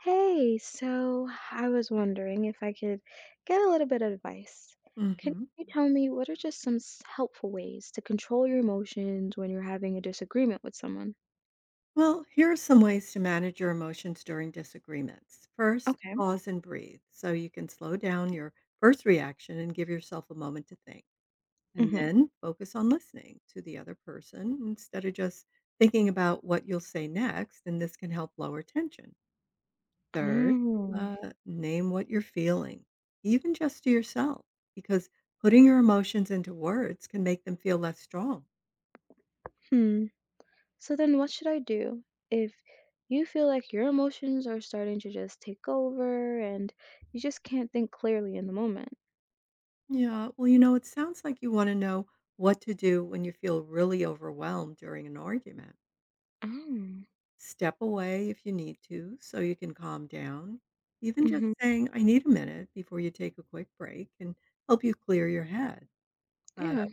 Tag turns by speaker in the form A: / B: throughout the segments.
A: Hey, so I was wondering if I could get a little bit of advice. Can
B: hmm
A: you tell me what are just some helpful ways to control your emotions when you're having a disagreement with someone?
B: Well, here are some ways to manage your emotions during disagreements. First,
A: Okay.
B: pause and breathe so you can slow down your first reaction and give yourself a moment to think. And
A: Mm-hmm.
B: then focus on listening to the other person instead of just thinking about what you'll say next. And this can help lower tension. Third,
A: Oh.
B: uh, name what you're feeling, even just to yourself, because putting your emotions into words can make them feel less strong.
A: Hmm. So then what should I do if you feel like your emotions are starting to just take over and you just can't think clearly in the moment?
B: Yeah. Well, it sounds like you want to know what to do when you feel really overwhelmed during an argument.
A: Oh.
B: Step away if you need to so you can calm down. Even just
A: Mm-hmm.
B: saying, I need a minute before you take a quick break can help you clear your head. Uh,
A: Yeah.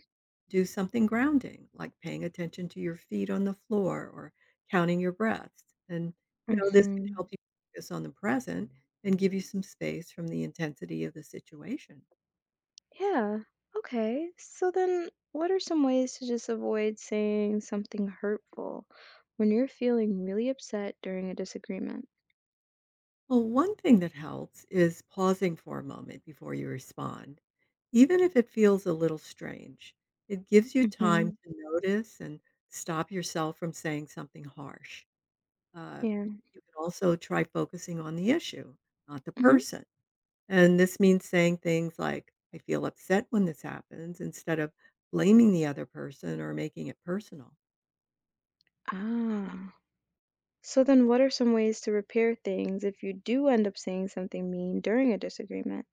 B: do something grounding, like paying attention to your feet on the floor or counting your breaths. And this can
A: Mm-hmm.
B: help you focus on the present and give you some space from the intensity of the situation.
A: Yeah. Okay. So then, what are some ways to just avoid saying something hurtful when you're feeling really upset during a disagreement?
B: Well, one thing that helps is pausing for a moment before you respond. Even if it feels a little strange, it gives you time
A: Mm-hmm.
B: to notice and stop yourself from saying something harsh.
A: Yeah.
B: You can also try focusing on the issue, not the
A: Mm-hmm.
B: person. And this means saying things like, I feel upset when this happens, instead of blaming the other person or making it personal.
A: Ah. So then, what are some ways to repair things if you do end up saying something mean during a disagreement?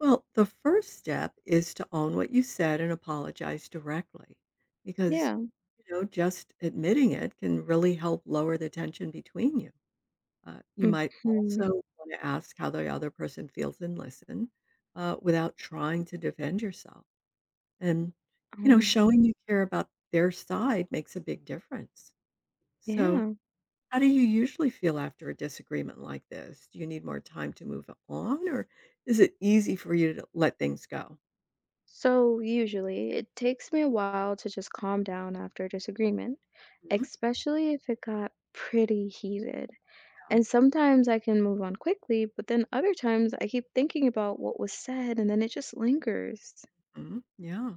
B: Well, the first step is to own what you said and apologize directly because,
A: Yeah.
B: you know, just admitting it can really help lower the tension between you. You might
A: Mm-hmm.
B: also want to ask how the other person feels and listen without trying to defend yourself. And
A: Um,
B: showing you care about their side makes a big difference. So,
A: yeah.
B: how do you usually feel after a disagreement like this? Do you need more time to move on, or is it easy for you to let things go?
A: So usually, it takes me a while to just calm down after a disagreement,
B: Mhm.
A: especially if it got pretty heated.
B: Yeah.
A: And sometimes I can move on quickly, but then other times I keep thinking about what was said and then it just lingers.
B: Mhm. Yeah.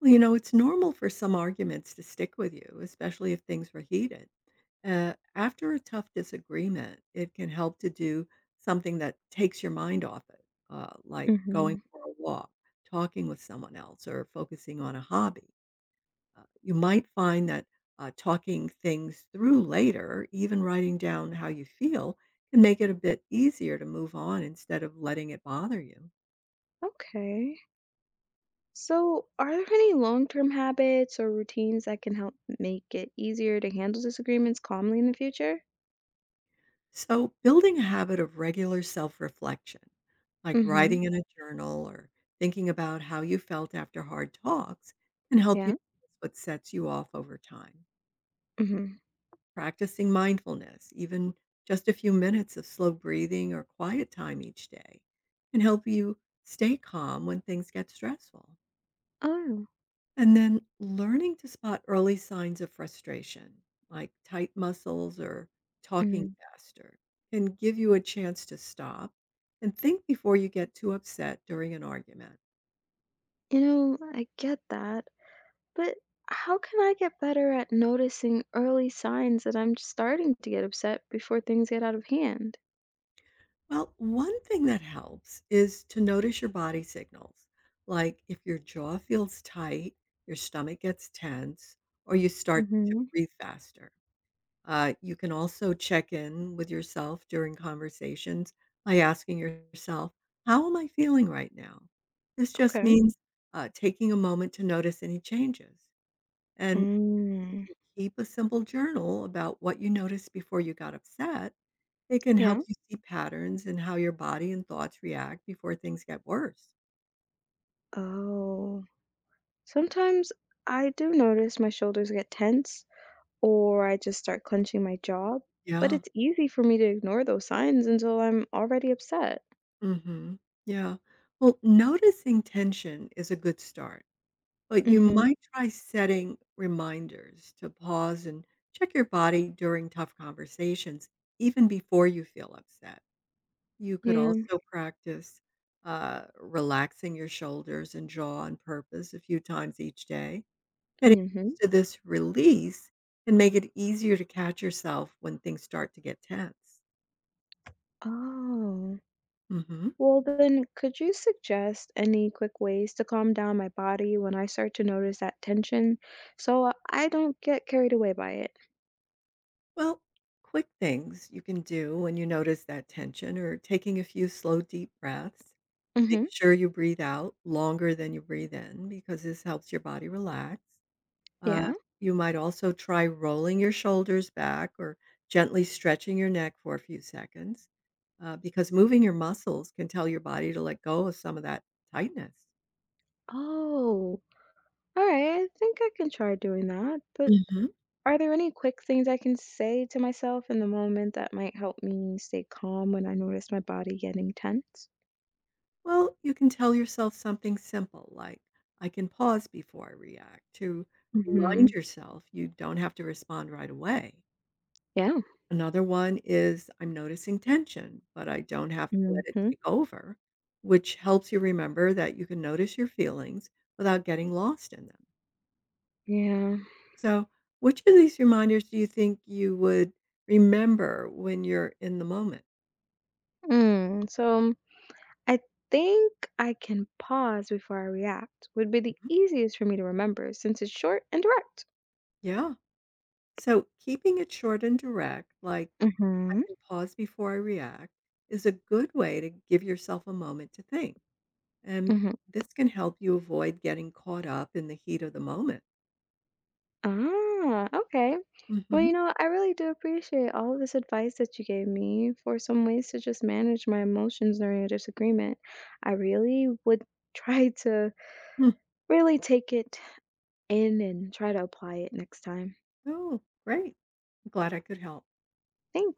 B: Well, it's normal for some arguments to stick with you, especially if things were heated. After a tough disagreement, it can help to do something that takes your mind off it, like going
A: Hmm.
B: for a walk, talking with someone else, or focusing on a hobby. You might find that talking things through later, even writing down how you feel, can make it a bit easier to move on instead of letting it bother you.
A: Okay. So, are there any long term habits or routines that can help make it easier to handle disagreements calmly in the future?
B: So, building a habit of regular self reflection, like
A: Hmm.
B: writing in a journal or thinking about how you felt after hard talks, can help you
A: Yeah.
B: notice what sets you off over time.
A: Hmm.
B: Practicing mindfulness, even just a few minutes of slow breathing or quiet time each day, can help you stay calm when things get stressful.
A: Oh,
B: And then learning to spot early signs of frustration, like tight muscles or talking
A: mm,
B: faster, can give you a chance to stop and think before you get too upset during an argument.
A: you know, I get that. But how can I get better at noticing early signs that I'm starting to get upset before things get out of hand?
B: Well, one thing that helps is to notice your body signals, like if your jaw feels tight, your stomach gets tense, or you start to
A: Hmm.
B: breathe faster. You can also check in with yourself during conversations by asking yourself, how am I feeling right now? This just
A: Okay.
B: means taking a moment to notice any changes. And if
A: Mm.
B: you keep a simple journal about what you noticed before you got upset, it can
A: Yeah.
B: help you see patterns in how your body and thoughts react before things get worse.
A: Oh, sometimes I do notice my shoulders get tense or I just start clenching my jaw, but
B: Yeah.
A: it's easy for me to ignore those signs until I'm already upset.
B: Hmm. Yeah. Well, noticing tension is a good start. But you
A: Mm-hmm.
B: might try setting reminders to pause and check your body during tough conversations, even before you feel upset. You could
A: Yeah.
B: also practice relaxing your shoulders and jaw on purpose a few times each day. Getting
A: Mm-hmm.
B: used to this release can make it easier to catch yourself when things start to get tense.
A: Oh.
B: hmm
A: Well, then, could you suggest any quick ways to calm down my body when I start to notice that tension so I don't get carried away by it?
B: Well, quick things you can do when you notice that tension or taking a few slow, deep breaths. Make
A: Mm-hmm.
B: sure you breathe out longer than you breathe in because this helps your body relax. Uh,
A: Yeah.
B: you might also try rolling your shoulders back or gently stretching your neck for a few seconds because moving your muscles can tell your body to let go of some of that tightness.
A: Oh. All right. I think I can try doing that, but
B: hmm
A: are there any quick things I can say to myself in the moment that might help me stay calm when I notice my body getting tense?
B: Well, you can tell yourself something simple like, I can pause before I react, to remind
A: Mhm.
B: yourself you don't have to respond right away.
A: Yeah.
B: Another one is, I'm noticing tension, but I don't have to let it
A: Mhm.
B: take over, which helps you remember that you can notice your feelings without getting lost in them.
A: Yeah.
B: So, which of these reminders do you think you would remember when you're in the moment?
A: Mm. So I think I can pause before I react would be the
B: Mhm.
A: easiest for me to remember since it's short and direct.
B: Yeah. So, keeping it short and direct, like I
A: Mhm.
B: can pause before I react, is a good way to give yourself a moment to think. And
A: Mhm.
B: this can help you avoid getting caught up in the heat of the moment.
A: Ah, okay. Well,
B: Mhm.
A: you know, I really do appreciate all of this advice that you gave me for some ways to just manage my emotions during a disagreement. I really would try to really take it in and try to apply it next time.
B: Oh, great. I'm glad I could help.
A: Thanks.